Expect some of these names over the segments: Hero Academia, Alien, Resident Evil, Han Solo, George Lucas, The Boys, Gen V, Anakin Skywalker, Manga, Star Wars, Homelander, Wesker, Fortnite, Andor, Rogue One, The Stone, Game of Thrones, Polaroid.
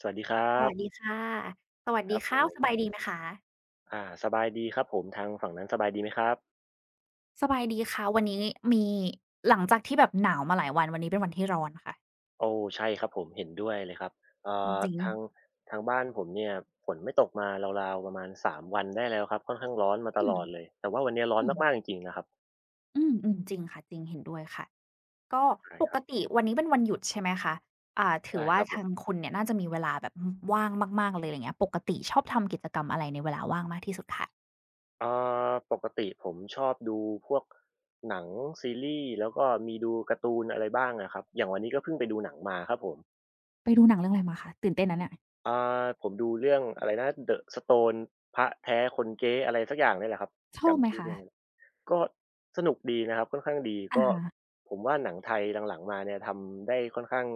สวัสดีครัสวัสดีบค่ะ สวัสคดีรับผค่ะมสบายดีไหมคะสบายดีครับผมทางฝั่งนั้นสบายดีไหมครับสบายดีค่ะ วันนี้มีหลังจากที่แบบหนาวมาหลายวัน วันนี้เป็นวันที่ร้อนค่ะโอ้ใช่ครับผมเห็นด้วยเลยครับเอ่อจริงทางๆทางบ้านผมเนี่ยฝนไม่ตกมาราวๆประมาณสามวันได้แล้วครับค่อนข้างร้อนมาตอืลมอดเลยแต่ว่าวันเนี้ยร้อนอืมมากๆจริงๆนะครับอืมจริงค่ะจริงเห็นด้วยค่ะก็ใช่ปครักบติวันนี้เป็นวันหยุดใช่ไหมคะถือได้คว่ารับผทามงคุณเนี่ยน่าจะมีเวลาแบบว่างมากๆเลยไรเงี้ยปกติชอบทำกิจกรรมอะไรในเวลาว่างมากที่สุดคะเอ่ปกติผมชอบดูพวกหนังซีรีส์แล้วก็มีดูการ์ตูนอะไรบ้างอะครับอย่างวันนี้ก็เพิ่งไปดูหนังมาครับผม ไปดูหนังเรื่องอะไรมาคะตื่นเต้นนะเนี่ยอ่าผมดูเรื่องอะไรนะ The Stone พระแท้คนเก๊อะไรสักอย่างเนี่ยแหละครับชอบไหจำมชื่อคะเรื่องไม่ได้ก็สนุกดีนะครับค่อนข้างดีอะก็ฮะผมว่าหนังไทยหลังๆมาเนี่ยทำได้ค่อนข้าง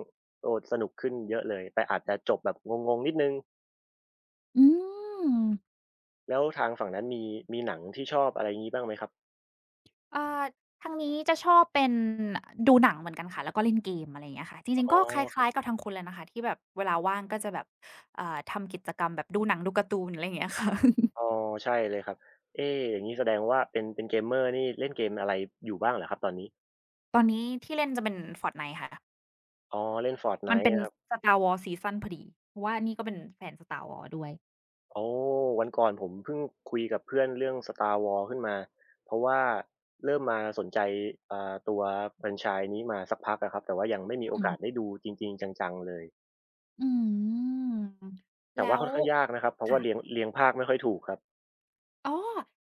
โอ้สนุกขึ้นเยอะเลยแต่อาจจะจบแบบงงๆนิดหนึ่งอืม แล้วทางฝั่งนั้นมีมีหนังที่ชอบอะไรงี้บ้างไหมครับอ่าทางนี้จะชอบเป็นดูหนังเหมือนกันค่ะแล้วก็เล่นเกมอะไรอย่างเงี้ยค่ะจริงอ๋ๆอก็คครับล้ายๆกับทางคุณเลยนะคะที่แบบเวลาว่างก็จะแบบทำกิจกรรมแบบดูหนังดูการ์ตูนอะไรอย่างเงี้ยค่ะ อ๋อใช่เลยครับเอ๊อย่างงี้แสดงว่าเป็น gamer นี่เล่นเกมอะไรอยู่บ้างเหรอครับตอนนี้ ตอนนี้ที่เล่นจะเป็น Fortnite ค่ะอ๋อเล่น มัน Fortnite เป็น นะครับ Star Wars ซีซันพอดีเพราะว่านี่ก็เป็นแฟน Star Wars ด้วยโอ้วันก่อนผมเพิ่งคุยกับเพื่อนเรื่อง Star Wars ขึ้นมาเพราะว่าเริ่มมาสนใจตัวแฟรนไชส์นี้มาสักพักอะครับแต่ว่ายังไม่มีโออืมกาสได้ดูจริงๆจังๆเลยอืมแต่แล้ว่าค่วอนข้างยากนะครับเพราะว่าเรียงค่ะ เรียงภาคไม่ค่อยถูกครับอ๋อ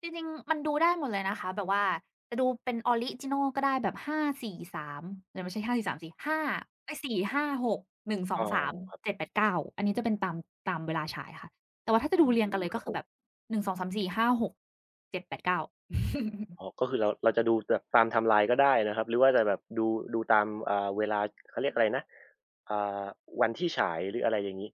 จริงๆมันดูได้หมดเลยนะคะแบบว่าจะดูเป็นออริจินัลก็ได้แบบ5 4 3เอ๊ยไม่ใช่5 4 3สสามสิ5เอ๊ย4 5 6 1 อ๋2 อ3 ครั7 บ8 9องสามเจ็ดแปดเก้าอันนี้จะเป็นตามเวลาฉายค่ะแต่ว่าถ้าจะดูอืเรียงกัมนเลยคก็รับคืผอมแบบ1 2 3 4 5 6 7 8 9 อ๋อก็คือเราจะดูแบบตามไทม์ไลน์ก็ได้นะครับหรือว่าจะแบบดูดูตามเวลาเขาเรียกอะไรนะอ่าวันที่ฉายหรืออะไรอย่างงี้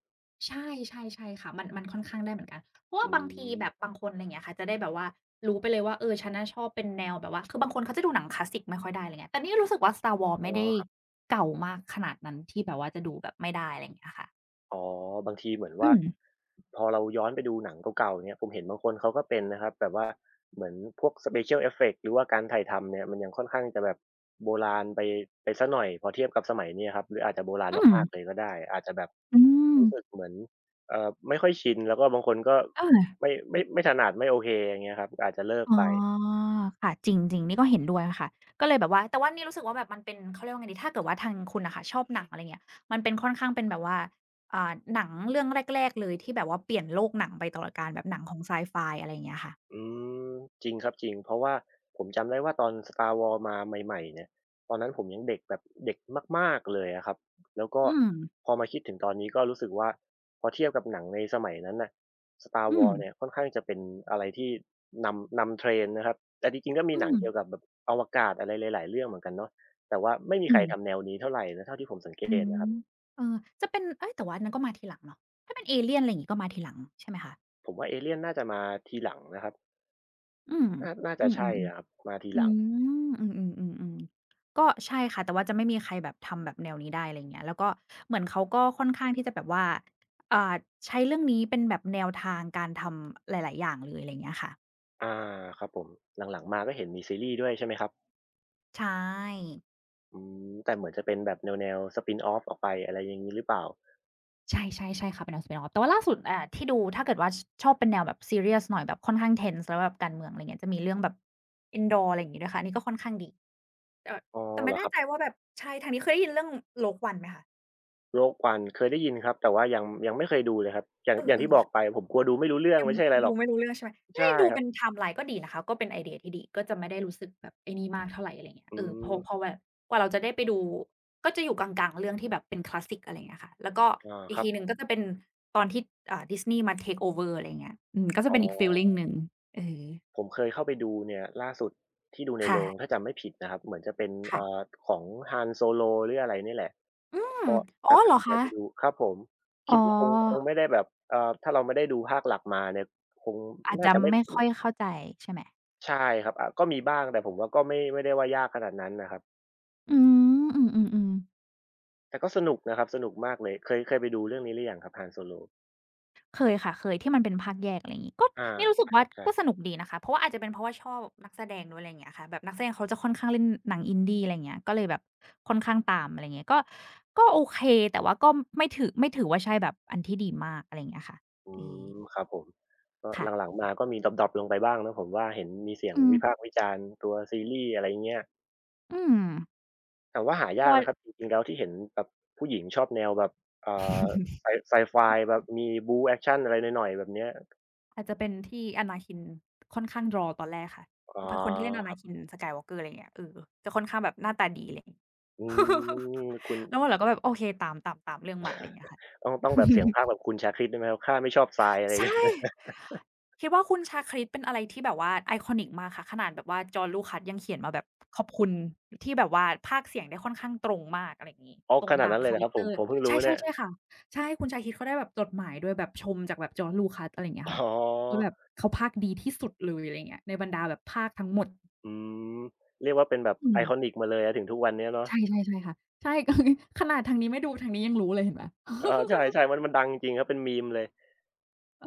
ใช่ใช่ใช่ค่ะมันค่อนข้างได้เหมือนกันเพราะว่าอืบางทีแบบมบางคนอะไรอย่างเงี้ยค่ะจะได้แบบว่ารู้ไปเลยว่าเออฉันน่ะชอบเป็นแนวแบบว่าคือบางคนเขาจะดูหนังคลาสสิกไม่ค่อยได้อะไรเงี้ยแต่นี่รู้สึกว่า Star Wars อ๋ไม่ได้อ เก่ามากขนาดนั้นที่แบบว่าจะดูแบบไม่ได้อะไรอย่างเงี้ยค่ะอ๋อบางทีเหมือนอืว่ามพอเราย้อนไปดูหนังเก่าๆเนี่ยผมเห็นบางคนเขาก็เป็นนะครับแบบว่าเหมือนพวก Special Effects หรือว่าการถ่ายทำเนี่ยมันยังค่อนข้างจะแบบโบราณไปเสียหน่อยพอเทียบกับสมัยนี้อะครับหรืออาจจะโบราณอืมมากๆเลยก็ได้อาจจะแบบอืมรู้สึกเหมือนไม่ค่อยชินแล้วก็บางคนก็เอา ไม่ถนัดไม่โอเคอย่างเงี้ยครับอาจจะเลิกอ๋อไป ค่ะจริงจริงนี่ก็เห็นด้วยค่ะก็เลยแบบว่าแต่ว่านี่รู้สึกว่าแบบมันเป็นเขาเรียกว่าไงดีถ้าเกิดว่าทางคุณน่ะค่ะชอบหนังอะไรเงี้ยมันเป็นค่อนข้างเป็นแบบว่าหนังเรื่องแรกๆเลยที่แบบว่าเปลี่ยนโลกหนังไปตลอดกาลแบบหนังของไซไฟอะไรอย่างเงี้ยค่ะอืมจริงครับจริงเพราะว่าผมจำได้ว่าตอน Star Wars มาใหม่ๆเนี่ยตอนนั้นผมยังเด็กแบบเด็กมากๆเลยอะครับแล้วก็อืมพอมาคิดถึงตอนนี้ก็รู้สึกว่าพอเทียบกับหนังในสมัยนั้นน่ะ Star อืม Wars เนี่ยค่อนข้างจะเป็นอะไรที่นำ trend นะครับแต่จริงๆก็มีอืหนังมเกี่ยวกับแบบอวกาศอะไรหลายๆเรื่องเหมือนกันเนาะแต่ว่าไม่มีอืใครมทำแนวนี้เท่าไรนะเท่าที่ผมสังเกอืตนะครัมบเออจะเป็นเอ๊ยแต่ว่าอันนั้นก็มาทีหลังเนาะถ้าเป็นเอเลี่ยนอะไรอย่างงี้ก็มาทีหลังใช่ไหมคะผมว่า Alien น่าจะมาทีหลังนะครับอืมน่าจะอือใช่อะครับๆมาทีๆ อืหลัง อืมก็ใช่ค่ะแต่ว่าจะไม่มีใครแบบทำแบบแนวนี้ได้อะไรเงี้ยแล้วก็เหมือนเขาก็ค่อนข้างที่จะแบบว่าอ่าใช้เรื่องนี้เป็นแบบแนวทางการทำหลายๆอย่างเลยอะไรเงี้ยค่ะอาครับผมหลังๆมาก็เห็นมีซีรีส์ด้วยใช่ไหมครับใช่อืมแต่เหมือนจะเป็นแบบแนวๆ spin off ออกไปอะไรอย่างงี้หรือเปล่าใช่ๆใช่ค่ะเป็นหนัง spin-off แต่ว่าล่าสุดที่ดูถ้าเกิดว่าชอบเป็นแนวแบบซีเรียสหน่อยแบบค่อนข้าง tense แล้วแบบการเมืองอะไรเงี้ยจะมีเรื่องแบบ i n d o r อะไรอย่างงี้ด้วยค่ะอันนี้ก็ค่อนข้างดีเอ่ออ๋อแต่เหรไม่อคแน่รัใจบว่าแบบใช่ทางนี้เคยได้ยินเรื่อง Rogue One ไหมคะโรคกวันเคยได้ยินครับแต่ว่ายังไม่เคยดูเลยครับอย่างเออย่างอที่บอกๆ ไปผมกลัวดูไม่รู้เรื่องยังไม่ใช่ไม่อะไรหรดูอกไม่รู้เรื่องใช่ไหมเฮ้ยใช่ดูครับเป็นไทม์ไลน์ก็ดีนะคะ ก็เป็นไอเดียที่ดี ก็จะไม่ได้รู้สึกแบบไอ้นี่มากเท่าไรอะไรเงี้ยอืเออพอมแบบกว่าเราจะได้ไปดูก็จะอยู่กลางๆเรื่องที่แบบเป็นคลาสสิกอะไรเงี้ยค่ะ แล้วก็อาอีคกรับทีหนึ่งก็จะเป็นตอนที่ดิสนีย์มา take over อะไรเงี้ยอืมก็จะอ๋เป็นอีกฟีลลิงอหนึ่งเออผมเคยเข้าไปดูเนี่ยล่าสุดที่ดูในโรงค่ะ ถ้าจำไม่ผิดนะครับเหมือนจะเป็นค่ะของ Han Solo หรืออะไรนี่แหละ อืมก็อ๋จะอตัดเหรอสินใจคะ ไปดูครับผมอ๋คิอดว่าคงไม่ได้แบบถ้าเราไม่ได้ดูภาคหลักมาเนี่ยคงอาจน่าจะจะไม่ไม่อืค่ออยเข้าใจใช่ไหม ใช่ครับก็มีบ้างแต่ผมว่าก็ไม่ได้ว่ายากขนาดนั้นนะครับอืม อือๆๆ แต่ก็สนุกนะครับสนุกมากเลยเคยไปดูเรื่องนี้หรือยังครับ Han Solo? เคยค่ะเคยที่มันเป็นภาคแยกอะไรอย่างงี้ก็อานี่รู้สึกใช่คว่ารับใช่ก็สนุกดีนะคะเพราะว่าอาจจะเป็นเพราะว่าชอบนักแสดงด้วยอะไรอย่างเงี้ยค่ะแบบนักแสดงเขาจะค่อนข้างเล่นหนัง Indie อะไรอย่างเงี้ยก็เลยแบบค่อนข้างตามอะไรอย่างเงี้ยก็ก็โอเคแต่ว่าก็ไม่ถือว่าใช่แบบอันที่ดีมากอะไรอย่างเงี้ยค่ะอืเออมครับผมก็ค่ะหลังๆมาก็มีดร็อปๆลงไปบ้างนะผมว่าเห็นมีเสียงอืมวิพากษ์วิจารณ์ตัวซีรีส์อะไรอย่างเงี้ย อืมแต่ว่าหาตัยากวนะครับจริงๆแล้วที่เห็นแบบผู้หญิงชอบแนวแบบอ่าไซไซไฟแบบมีบู๊แอกชันอะไรหน่อยๆแบบเนี้ยอาจจะเป็นที่ Anakin ค่อนข้าง Draw ตอนแรกค่ะอ๋อคือพระคนที่เล่น ครับ Anakin Skywalker อะไรอย่างเงี้ยเออจะค่อนข้างแบบหน้าตาดีอะไรอย่างงี้ อื มคุณแล้ววันหลังก็แบบโอเคตามเรื่องมาอะไรอย่างเงี้ยค่ะ ต้องแบบเสียงพากย์แบบคุณชาคริตได้ไหมครับข้าไม่ชอบทรายอะไรอย่างใช่เงี้ย คิดว่าคุณชาคริตเป็นอะไรที่แบบว่าไอคอนิกมากค่ะขนาดแบบว่าจอร์จลูคัสยังเขียนมาแบบขอบคุณที่แบบว่าพากย์เสียงได้ค่อนข้างตรงมากอะไรอย่างงี้อ๋อตรขงนาดตามนั้นเลยเหคารอแรครักบผเตอมร์ผมเพิ่งรู้ใช่เนี่ยๆใช่ค่ะใช่คุณชาคริตเขาได้แบบจดหมายด้วยแบบชมจากแบบจอร์จลูคัสอะไรอย่างเงี้ยค่ะอ๋อว่าแบบเขาพากย์ดีที่สุดเลยอะไรอย่างเงี้ยในบรรดาแบบพากย์ทั้งหมดอืมเรียกว่าเป็นแบบ อืม iconic มาเลยอะถึงทุกวันเนี้ยเนาะใช่ใช่ค่ะใช่ ก็ขนาดทางนี้ไม่ดูทางนี้ยังรู้เลยเห็นไหม เออใช่ๆมันดังจริงๆครับเป็น meme เลยเอ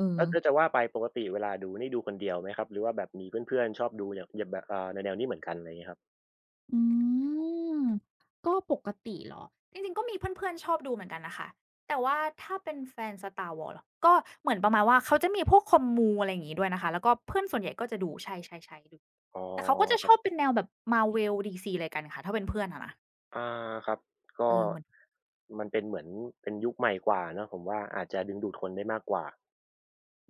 อแล้วๆแล้วๆ จะว่าไปปกติเวลาดูนี่ดูคนเดียวไหมครับหรือว่าแบบมีเพื่อนๆชอบดูเนี่ยอย่างแบบแนวๆนี้เหมือนกันอะไรอย่างงี้ครับอืมก็ปกติเหรอจริงๆก็มีเพื่อนๆชอบดูเหมือนกันนะคะแต่ว่าถ้าเป็นแฟน Star Wars เหรอก็เหมือนประมาณว่าเขาจะมีพวกคอมมูอะไรอย่างงี้ด้วยนะคะแล้วก็เพื่อนส่วนใหญ่ก็จะดูใช่ๆๆดูอ๋แต่เขาก็จะชอบอ เป็นแนวแบบ Marvel DC อะไรกันค่ะถ้าเป็นเพื่อนอะนะอาครับก็เออเหมือนมันเป็นเหมือนเป็นยุคใหม่กว่าเนาะผมว่าอาจจะดึงดูดคนได้มากกว่า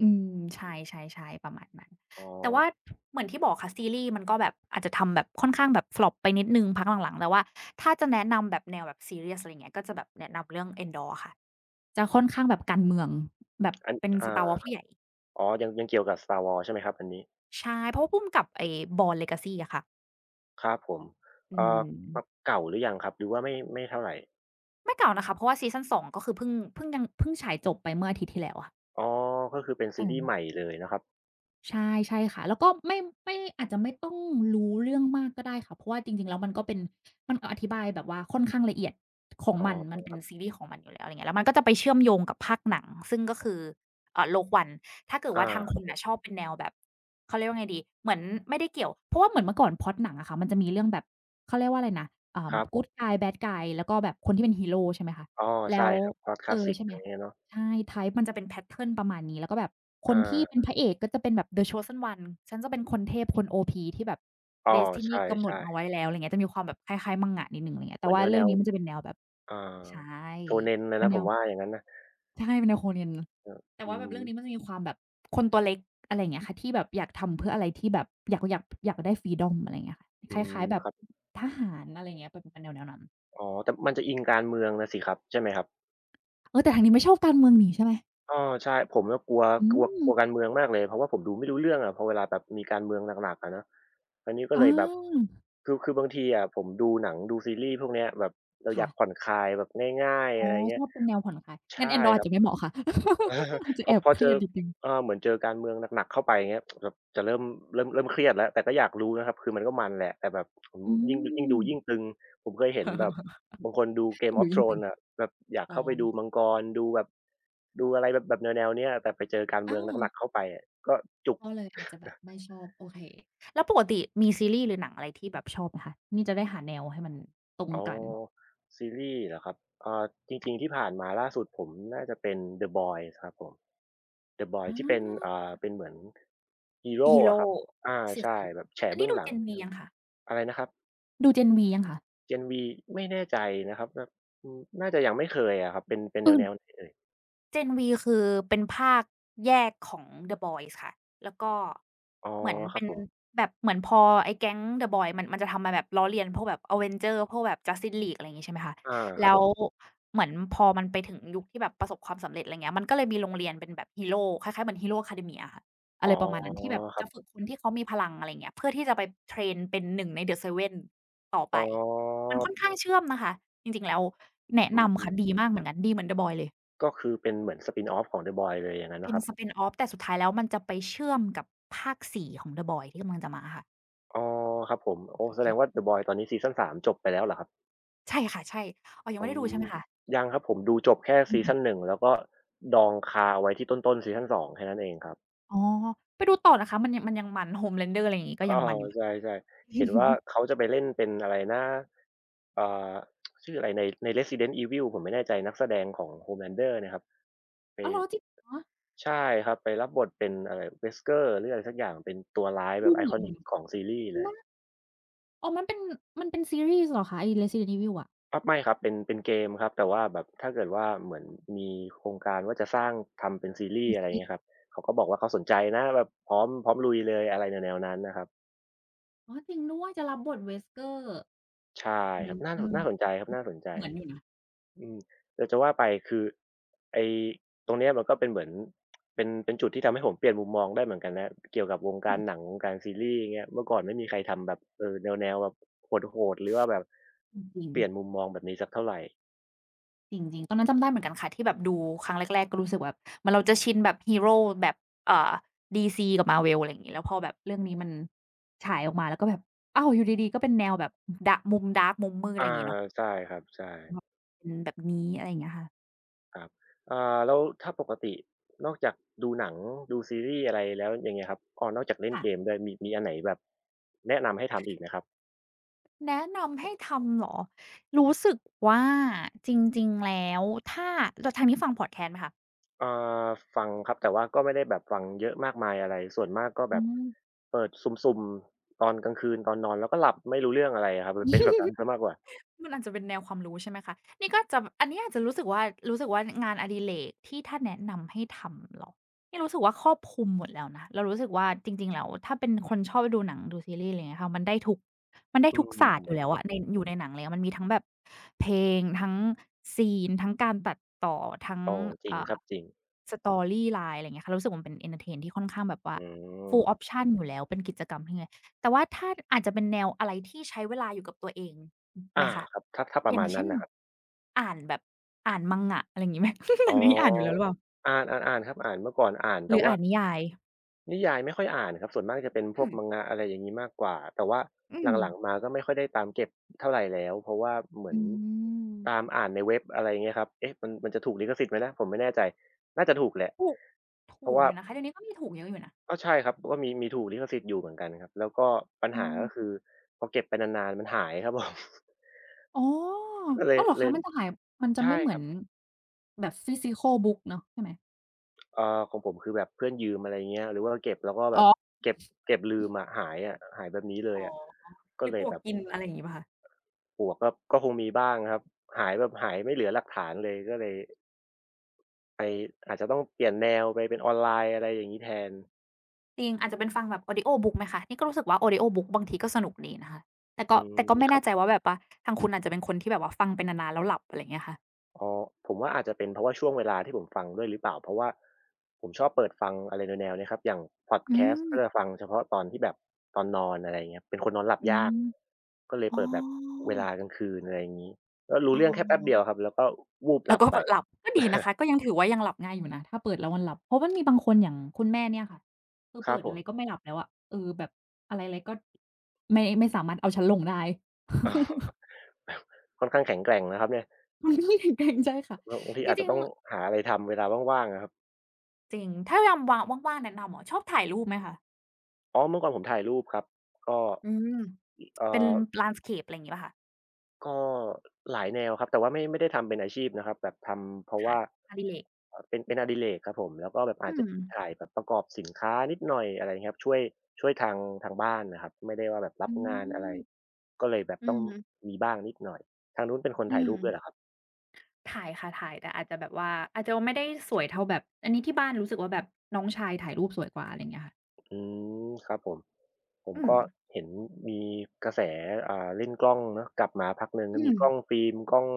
อืมใชอ่ๆๆประมาณนั้น๋อแต่ว่าเหมือนที่บอกค่ะซีรีส์มันก็แบบอาจจะทำแบบค่อนข้างแบบ flop ไปนิดหนึ่งพักหลังๆแต่ว่าถ้าจะแนะนำแบบแนวแบบซีเรียสอะไรอย่างเงี้ยก็จะแบบแนะนำเรื่อง Andor ค่ะ จะค่อนข้างแบบการเมืองแบบอันเป็นสไตล์วอร์อ่าผู้ใหญ่อ๋อยังยังเกี่ยวกับ Star Wars ใช่ไหมครับอันนี้ใช่เพราะว่าพุ่มกับไอ้ Born Legacy อะค่ะครับผมอืเอ่อมครับเก่าหรือยังครับหรือว่าไม่ไม่เท่าไรไม่เก่านะคะเพราะว่าซีซัน2ก็คือเพิ่งเพิ่งยังเพิ่งฉายจบไปเมื่ออาทิตย์ที่แล้วอะอ๋อก็คือเป็นเอซีรีอ ส์ใหม่เลยนะครับใช่ใช่ค่ะแล้วก็ไม่อาจจะไม่ต้องรู้เรื่องมากก็ได้ค่ะเพราะว่าจริงๆแล้วมันก็เป็นมันอธิบายแบบว่าค่อนข้างละเอียดของอ๋อมันเป็นซีรีส์ของมันอยู่แล้วอะไรเงี้ยแล้วมันก็จะไปเชื่อมโยงกับภาคหนังซึ่งก็คือโลกวันถ้าเกิดอาว่าทางครัคุบณผน่ะชมอบเป็นแนวแบบเขาเรียกว่าไงดีเหมือนไม่ได้เกี่ยวเพราะว่าเหมือนเมื่อก่อนพล็อตหนังอะค่ะมันจะมีเรื่องแบบเขาเรียกว่าอะไรนะครับผ good ม guy bad guy แล้วก็แบบคนที่เป็นฮีโรใช่ไหมคะอ้อแล้ใช่วครับพล็อตคเอลาสอสิกใช่อะไหม ไรเงี้ยเนาะใช่ type มันจะเป็นแพตเทิร์นประมาณนี้ แล้วก็แบบ คนที่เป็อานพระเอกก็จะเป็นแบบ The Chosen One ฉันจะเป็นคนเทพคนโอพีที่แบบ อ้อ Destiny ใช่กำหนดมาไว้แล้วอะไรเงี้ยจะมีความแบบคล้ายๆ Manga นิดหนึ่งอะไรๆเงี้ยเหแต่มือว่านแนเรื่องวนี้มันจะเป็นแนวแบบๆอ่า ใช่ Shonen เลยเป็นนะแนผมวว่าอย่างงั้นนะใช่เป็นแนว Shonen เออแต่อืว่าแบบมเรื่องนี้มันจะมีความแบบคนตัวเล็กอะไรอย่างเงี้ยค่ะที่แบบอยากทำเพื่ออะไรที่แบบอยากได้ freedom อะไรเงี้ยค่ะอืคมล้ายๆแบคบรับ ทหารอะไรเงี้ยเป็นแนวๆนั้นอ๋อแต่มันจะอิงการเมืองน่ะสิครับใช่ไหมครับเออแต่ทางนี้ไม่ชอบการเมืองนี่ใช่ไหมอออใช่ผมก็กลัวอืกลัวมกลัวการเมืองมากเลยเพราะว่าผมดูไม่รู้เรื่องอะพอเวลาแบบมีการเมืองหนักๆอะเนาะอันนี้ก็เลอายแบบคือบางทีอะผมดูหนังดูซีรีส์พวกเนี้ยแบบเราอยาค่ะ กผ่อนคลายแบบง่ายๆอ๋ออะไรชเงี้ยอบเป็นแนวผ่อนคลายงั้นแอใช่นดรอยคอารัจบ จะไม่เหมาะค่ะ อา อาจจะพแออบพอเคเจรียอดนิดหนึ่งเหมือนเจอการเมืองหนักๆเข้าไปอย่างเงี้ยแบบจะเริ่มเริ่มเครียดแล้วแต่ก็อยากรู้นะครับคือมันก็มันแหละแต่แบบอืมอืยิ่งยิ่งมดูยิ่งตึงผมเคยเห็นแบบบางคนดู ยิ่ Game งดู of ยิ่งตึง Thrones อะแบบอยาก อ๋อเข้าไปดูมังกรดูแบบดูอะไรแบบแบบแนวๆเนี้ยแต่ไปเจอการเมืองหนัอากๆเข้าไปอะก็จุก ก็เลยอาจจะแบบไม่ชอบโอเคแล้วปกติมีซีรีส์หรือหนังอะไรที่แบบชอบไหมคะนี่จะได้หาแนวให้มันตรงอ๋อกัน ซีรีส์เหรอครับเอ่าจริงๆที่ผ่านมาล่าสุดผมน่าจะเป็น The Boys ครับผม The Boys ที่เป็น อาเป็นเหมือนฮีโร่ฮีอะโร่ครับอาเสียดใช่สีแบบแฉอันเบื้นี้องดู หลัง Gen V ยังคะอะไรนะครับ ดู Gen V ยังคะ Gen V ไม่แน่ใจนะครับแบบอืมน่าจะยังไม่เคยอะครับเป็นเป็นเออ แนวๆไหนเอ่ย Gen V คือเป็นภาคแยกของ The Boys ค่ะแล้วก็อ๋อเหมือนครับเป็นผมแบบเหมือนพอไอ้แก๊ง The Boys มันจะทำมาแบบล้อเลียนพวกแบบ Avengers พวกแบบ Justice League อะไรอย่างงี้ใช่ไหมคะอาครับแล้ผวมเหมือนพอมันไปถึงยุคที่แบบประสบความสำเร็จอะไรเงี้ยมันก็เลยมีโรงเรียนเป็นแบบฮีโร่คล้ายๆเหมือน Hero Academia ค่ะอะอ๋อไรประมาณนั้นที่แบบครัจะฝึบกคนที่เขามีพลังอะไรเงี้ยเพื่อที่จะไปเทรนเป็นหนึ่งใน The Seven ต่ออ๋ไปอมันค่อนข้างเชื่อมนะคะจริงๆแล้วแนะอืนำค่ะดีมมากเหมือนกันดีเหมือน The Boys เลย ก็คือเป็นเหมือน spin-off ของ The Boys เลยอย่างงั้นเป็เนาะน ครับ spin-off แต่สุดท้ายแล้วมันจะไปเชื่อมกับภาค4ของ The Boys ที่กำลังจะมาค่ะอ๋อครับผมโอ้แสดงว่า The Boys ตอนนี้ซีซัน3จบไปแล้วเหรอครับ ใช่ค่ะใช่อ๋อยังอืไม่ได้ดูใช่มไหมคะยังครับผมดูจบแค่อืซีซัมน1แล้วก็ดองคาเอาไว้ที่ต้นๆซีซัน2แค่นั้นเองครับอ๋อไปดูต่อนะคะมันยังมัน Homelander อะไรอย่างงี้ก็อ๋ยัองมันอยู่ ใชค่ะ่ๆเห็นว่าเขาจะไปเล่นเป็นอะไรนะเอ่อชื่ออะไรในResident Evil ผมไม่แน่ใจนักแสดงของ Homelander เนี่ยครับไปอ้าวเหรอจริงเหรอใช่ครับไปรับบทเป็นอะไร Wesker หรืออะไรสักอย่างเป็นตัวร้ายเราแบดูบไอเหคมืออนอนิกยู่นะของซีรีจส์ริงเลเปย ล่าอ๋อมันเป็นซีรีส์เหรอคะไอ้ Resident Evil อะครับไม่ครับเป็นเกมครับแต่ว่าแบบถ้าเกิดว่าเหมือนมีโครงการว่าจะสร้างทำเป็นซีรีเป็นส์อะไรซีอย่างรีเงี้ส์ยเหครอรับเขาก็บอกว่าเขาสนใจนะแบบพร้อมลุยเลยอะไรแนวๆนั้นนะครับอ๋อจริงด้วยจะรับบท Wesker ใช่อครับน่าสอืมน่าสนใจครับน่าสนใจเหมือนอยู่นะอืมแต่จะว่าไปคือไอ้ตรงเนี้ยมันก็เป็นเหมือนเป็นจุดที่ทำให้ผมเปลี่ยนมุมมองได้เหมือนกันนะเกี่ยวกับวงอืการมหนังวงการซีรีส์อย่างเงี้ยเมื่อก่อนไม่มีใครทำแบบแนวๆแบบโหดๆหรือว่าแบบจริงเปๆ ลี่ยนมุมมองแบบนี้สักเท่าไรจริงๆตอนนั้นจำได้เหมือนกันค่ะที่แบบดูครั้งแรกๆก็รู้สึกแบบเหมือนเราจะชินแบบฮีโรแบบเอ่อ DC กับ Marvel อะไรอย่างงี้แล้วพอแบบเรื่องนี้มันฉายออกมาแล้วก็แบบอ้าวอยู่ดีๆก็เป็นแนวแบบดะมุมด a r k มุมมืดอะอาไรอย่างงี้เนาะใช่ครับใช่ แบบเป็นแบบนี้อะไรอย่างเงี้ยค่ะครับเอ่าแล้วถ้าปกตินอกจากดูหนังดูซีรีส์อะไรแล้วอย่างเงี้ยครับอ๋อนอกจากเล่นค่ะเกมด้วยมีอันไหนแบบแนะนำให้ทำอีกไหมครับแนะนำให้ทำเหรอรู้สึกว่าจริงๆแล้วถ้าแล้วทางนี้ฟังพอดแคสต์ไหมคะเอ่าฟังครับแต่ว่าก็ไม่ได้แบบฟังเยอะมากมายอะไรส่วนมากก็แบอืบม เปิดสุ่มๆตอนกลางคืนตอนนอนแล้วก็หลับไม่รู้เรื่องอะไรอะครับมันเป็นแบบนั้นเสียมากกว่ามันอาจจะเป็นแนวความรู้ใช่ไหมคะนี่ก็จะอันนี้อาจจะรู้สึกว่ารู้สึกว่างานอดิเรกที่ถ้าแนะนำให้ทำเหรอนี่รู้สึกว่าครอบคลุมหมดแล้วนะเรารู้สึกว่าจริงๆแล้วถ้าเป็นคนชอบดูหนังดูซีรีส์อะไรอย่างเงี้ยค่ะมันได้ทุกมันได้อืทุกศาสตร์อยู่แล้มวอะในอยู่ในหนังเลยมันมีทั้งแบบเพลงทั้งซีนทั้งการตัดต่อทั้งอ๋อจริงเอ่คอ รับจริง storyline อะไรอย่างเงี้ยค่ะเรารู้สึกว่ามันเป็นเอนเทอร์เทนที่ค่อนข้างแบบว่า อืม full option อยู่แล้วเป็นกิจกรรมที่ไง แต่ว่าถ้าอาจจะเป็นแนวอะไรที่ใช้เวลาอยู่กับตัวเองอไหมอาคะครับถ้าถ้าปอระย่ามางณนั้เช่นนน่ะครับอ่านแบบอ่าน Manga อะไรอย่างงี้ไหม อ๋อันนี้อ่านอยู่แล้วหอรือเปล่าอ่านๆๆครับอ่านเมื่อก่อนอ่านหแต่รือว่า อ่านนิยายนิยายไม่ค่อยอ่านครับส่วนมากจะเป็นพอืวก ม Manga อะไรอย่างงี้มากกว่าแต่ว่าอืมหลังๆมาก็ไม่ค่อยได้ตามเก็บเท่าไรแล้วเพราะว่าเหมือนอืมตามอ่านในเว็บอะไรอย่างเงี้ยครับเอ๊ะมันจะถูกลิขสิทธิ์ไหมนะผมไม่แน่ใจน่าจะถูกแหละถูกเพถูราะกว่าอยู่นะคะเดี๋ยวนี้ก็มีถูกเยอะอยู่นะก็ใช่ครับก็มีมีถูกลิขสิทธิ์อยู่เหมือนกันครับแล้วก็ปัญอืหามก็คือพอเก็บไปนานๆมันหายครับ ผมอ๋อก็เลยอ้าวเหรอเลคะยมันจะหายมันจะใช่ไม่เหคมือรันบแบบ physical book เนาะใช่ไหมของผมคือแบบเพื่อนยืมอะไรอย่างเงี้ยหรือว่าเก็บแล้วก็แบอ๋บอเก็บเก็บลืมอะหายอะหายแบบนี้เลอ๋ยออะก็หรือเลปยลวแบกบ กินอะไรอย่างงี้เปล่าคะ โอ้โฮก็ก็คงมีบ้างครับหายแบบหายไม่เหลือหลักฐานเลยก็เลยไปอาจจะต้องเปลี่ยนแนวไปเป็นออนไลน์อะไรอย่างงี้แทนจริงอาจจะเป็นฟังแบบออดิโอบุ๊กไหมคะนี่ก็รู้สึกว่าออดิโอบุ๊กบางทีก็สนุกดีนะคะแต่อืก็แต่มก็ไม่ครัแน่บใจว่าแบบว่าทางคุณอาจจะเป็นคนที่แบบว่าฟังไปนานๆแล้วหลับอะไรอย่างเงี้ยค่ะอ๋อผมว่าอาจจะเป็นเพราะว่าช่วงเวลาที่ผมฟังด้วยหรือเปล่าเพราะว่าผมชอบเปิดฟังอะไรแนวๆเนี้ยครับอย่างพอดแคอืสต์มก็จะฟังเฉพาะตอนที่แบบตอนนอนอะไรอย่างเงี้ยเป็นคนนอนหลับอืยากมก็เลยอ๋อเปิดแบบเวลากลางคืนอะไรอย่างงี้ก็รู้อ๋เรื่องแค่แป๊บอเดียวครับแล้วก็วูบหแล้ลัวบก็ไป แบบหลับก็ดีนะคะก็ยั งถือว่ายังหลับง่ายอยู่นะถ้าเปิดแล้วมันหลับเพราะมันมีบางคนอย่างคุณแม่เนี่ยค่ะคือครับเปิดผอะม ไรก็ไม่หลับแล้วอะเออแบบอะไรๆก็ไม่สามารถเอาฉันลงได้ อ้อ ค่อนข้างแข็งแกร่งนะครับเนี่ย มันก็เลยเกรงใจค่ะแล้วบางทีจอาจจะริงต้องๆหาอะไรทำเวลาว่างๆอะครับจริงถ้ายามว่างๆแนะนำเหรอชอบถ่ายรูปไหมคะอ๋อเมื่อก่อนผมถ่ายรูปครับก็อืม เอ่เป็น อ landscape อะไรอย่างงี้เปล่าคะก็หลายแนวครับ แต่ว่าไม่ไม่ได้ทำเป็นอาชีพนะครับแบบทำเพราะค่ะว่างานอดิเรกเป็นเป็นอดิเรกครับผมแล้วก็แบบอาอืจจะมถ่ายแบบประกอบสินค้านิดหน่อยอะไรอย่างเงี้ยครับช่วยช่วยทางทางบ้านน่ะครับไม่ได้ว่าแบบรัอืบงานอะไรมก็เลยแบบอืต้องมมีบ้างนิดหน่อยทางนู้นเป็นคนอืถ่ายมรูปด้วยเหรอครับถ่ายค่ะถ่ายแต่อาจจะแบบว่าอาจจะไม่ได้สวยเท่าแบบอันนี้ที่บ้านรู้สึกว่าแบบน้องชายถ่ายรูปสวยกว่าอะไรอย่างเงี้ยค่ะอืมครับผม ผมอืมก็เห็นมีกระแสเล่นกล้องเนาะกลับมาพักหนึ่งอืก็มมีกล้องฟิล์มกล้อง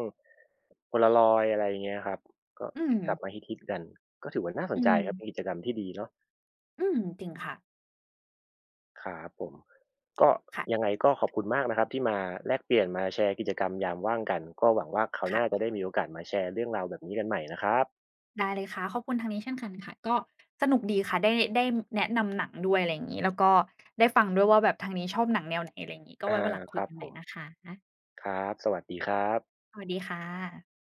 Polaroid อะไรอย่างเงี้ยครับก็อืมกลับมาฮิตๆกันก็ถือว่าน่าสนอืใจมครับเป็นกิจกรรมที่ดีเนาะอืมจริงค่ะ ครับผมก็ยังค่ะไงก็ขอบคุณมากนะครับที่มาแลกเปลี่ยนมาแชร์กิจกรรมยามว่างกันก็หวังว่าคราวหค่ะน้าจะได้มีโอกาสมาแชร์เรื่องราวแบบนี้กันใหม่นะครับได้เลยค่ะขอบคุณทางนี้เช่นกันค่ะก็สนุกดีค่ะได้แนะนำหนังด้วยอะไรอย่างงี้แล้วก็ได้ฟังด้วยว่าแบบทางนี้ชอบหนังแนวไหนอะไรอย่างงี้ก็อาไว้วันหลังคคุยรับกันผใหม่มนะคะครับสวัสดีครับสวัสดีค่ะ